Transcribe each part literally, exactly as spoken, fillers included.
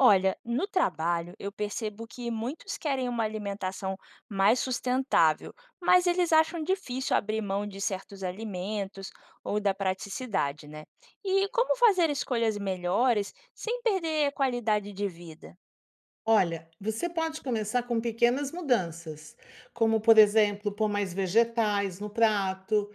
Olha, no trabalho eu percebo que muitos querem uma alimentação mais sustentável, mas eles acham difícil abrir mão de certos alimentos ou da praticidade, né? E como fazer escolhas melhores sem perder a qualidade de vida? Olha, você pode começar com pequenas mudanças, como, por exemplo, pôr mais vegetais no prato,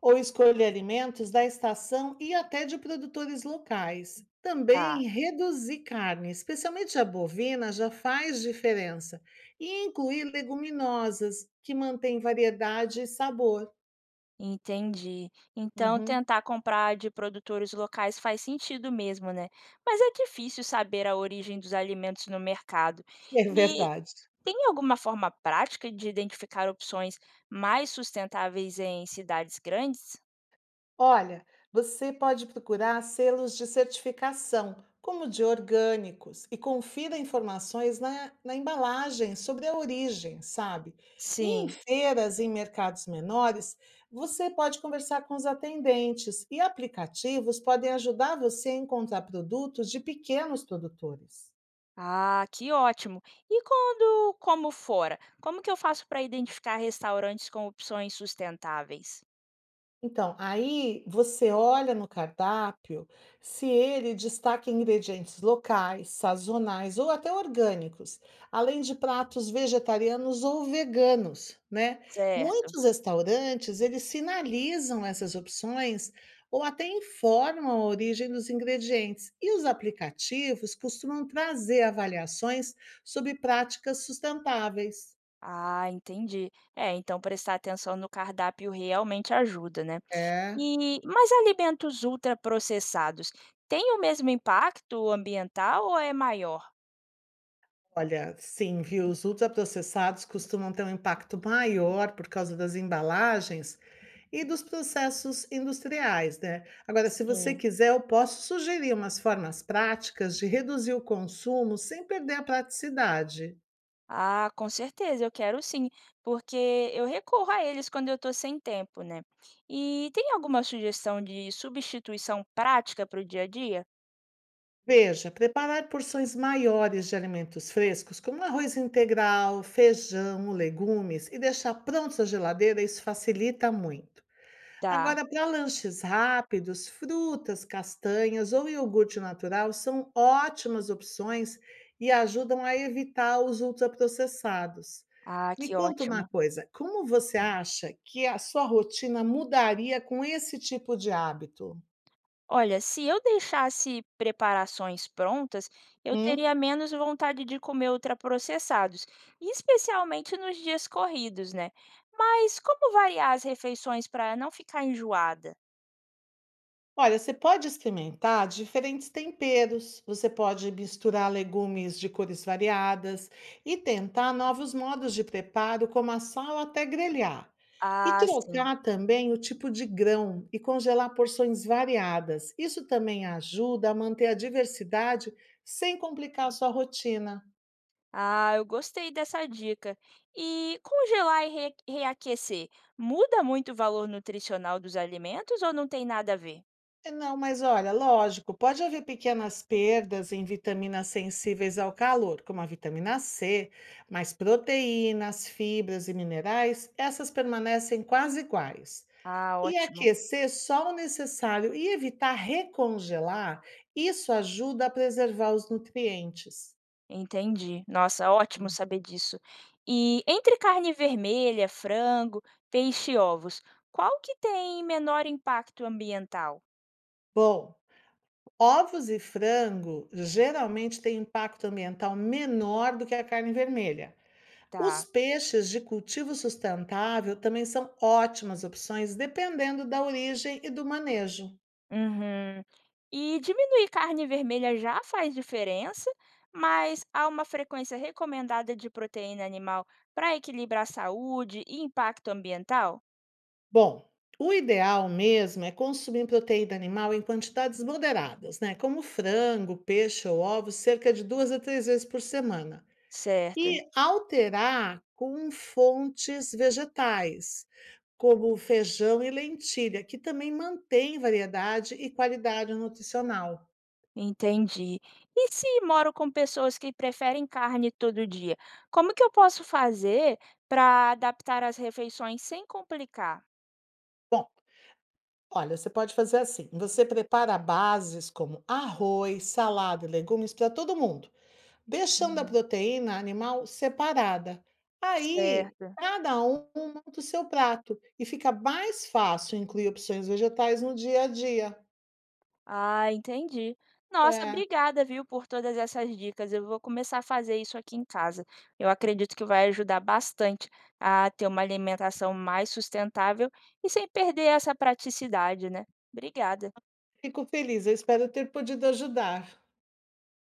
ou escolher alimentos da estação e até de produtores locais. Também Tá, reduzir carne, especialmente a bovina, já faz diferença. E incluir leguminosas, que mantém variedade e sabor. entendi. Então, Uhum, tentar comprar de produtores locais faz sentido mesmo, né? Mas é difícil saber a origem dos alimentos no mercado. é verdade. Tem alguma forma prática de identificar opções mais sustentáveis em cidades grandes? Olha, você pode procurar selos de certificação, como de orgânicos, e confira informações na, na embalagem sobre a origem, sabe? E em Sim. feiras e em mercados menores, você pode conversar com os atendentes e aplicativos podem ajudar você a encontrar produtos de pequenos produtores. Ah, que ótimo! E quando como fora, como que eu faço para identificar restaurantes com opções sustentáveis? Então, aí você olha no cardápio se ele destaca ingredientes locais, sazonais ou até orgânicos, além de pratos vegetarianos ou veganos, né? Certo. Muitos restaurantes, eles sinalizam essas opções ou até informam a origem dos ingredientes. E os aplicativos costumam trazer avaliações sobre práticas sustentáveis. Ah, entendi. É, então prestar atenção no cardápio realmente ajuda, né? É. E mas alimentos ultraprocessados têm o mesmo impacto ambiental ou é maior? Olha, sim, viu? Os ultraprocessados costumam ter um impacto maior por causa das embalagens e dos processos industriais, né? Agora, se você Sim. quiser, eu posso sugerir umas formas práticas de reduzir o consumo sem perder a praticidade. Ah, com certeza, eu quero sim, porque eu recorro a eles quando eu estou sem tempo, né? E tem alguma sugestão de substituição prática para o dia a dia? Veja, preparar porções maiores de alimentos frescos, como arroz integral, feijão, legumes, e deixar prontos na geladeira, isso facilita muito. Tá. Agora, para lanches rápidos, frutas, castanhas ou iogurte natural são ótimas opções e ajudam a evitar os ultraprocessados. Ah, Me que conta uma ótimo. coisa, como você acha que a sua rotina mudaria com esse tipo de hábito? Olha, se eu deixasse preparações prontas, eu Hum? teria menos vontade de comer ultraprocessados, e especialmente nos dias corridos, né? Mas como variar as refeições para não ficar enjoada? Olha, você pode experimentar diferentes temperos, você pode misturar legumes de cores variadas e tentar novos modos de preparo, como assar ou até grelhar. E Ah, sim. trocar também o tipo de grão e congelar porções variadas. Isso também ajuda a manter a diversidade sem complicar a sua rotina. Ah, eu gostei dessa dica. E congelar e re- reaquecer, muda muito o valor nutricional dos alimentos ou não tem nada a ver? É, não, mas olha, lógico, pode haver pequenas perdas em vitaminas sensíveis ao calor, como a vitamina cê, mas proteínas, fibras e minerais, essas permanecem quase iguais. Ah, E ótimo. aquecer só o necessário e evitar recongelar, isso ajuda a preservar os nutrientes. Entendi. Nossa, ótimo Hum. saber disso. E entre carne vermelha, frango, peixe e ovos, qual que tem menor impacto ambiental? Bom, ovos e frango geralmente têm impacto ambiental menor do que a carne vermelha. Os Tá. peixes de cultivo sustentável também são ótimas opções, dependendo da origem e do manejo. Uhum. E diminuir carne vermelha já faz diferença, mas há uma frequência recomendada de proteína animal para equilibrar saúde e impacto ambiental? Bom, o ideal mesmo é consumir proteína animal em quantidades moderadas, né? Como frango, peixe ou ovos, cerca de duas a três vezes por semana. Certo, E alterar com fontes vegetais, como feijão e lentilha, que também mantém variedade e qualidade nutricional. entendi. E se moro com pessoas que preferem carne todo dia, como que eu posso fazer para adaptar as refeições sem complicar? Bom, olha, você pode fazer assim: você prepara bases como arroz, salada e legumes para todo mundo, deixando a Uhum, proteína animal separada. Aí, certo. cada um monta o seu prato e fica mais fácil incluir opções vegetais no dia a dia. Ah, entendi. Nossa, É, obrigada, viu, por todas essas dicas. Eu vou começar a fazer isso aqui em casa. Eu acredito que vai ajudar bastante a ter uma alimentação mais sustentável e sem perder essa praticidade, né? Obrigada. fico feliz, eu espero ter podido ajudar.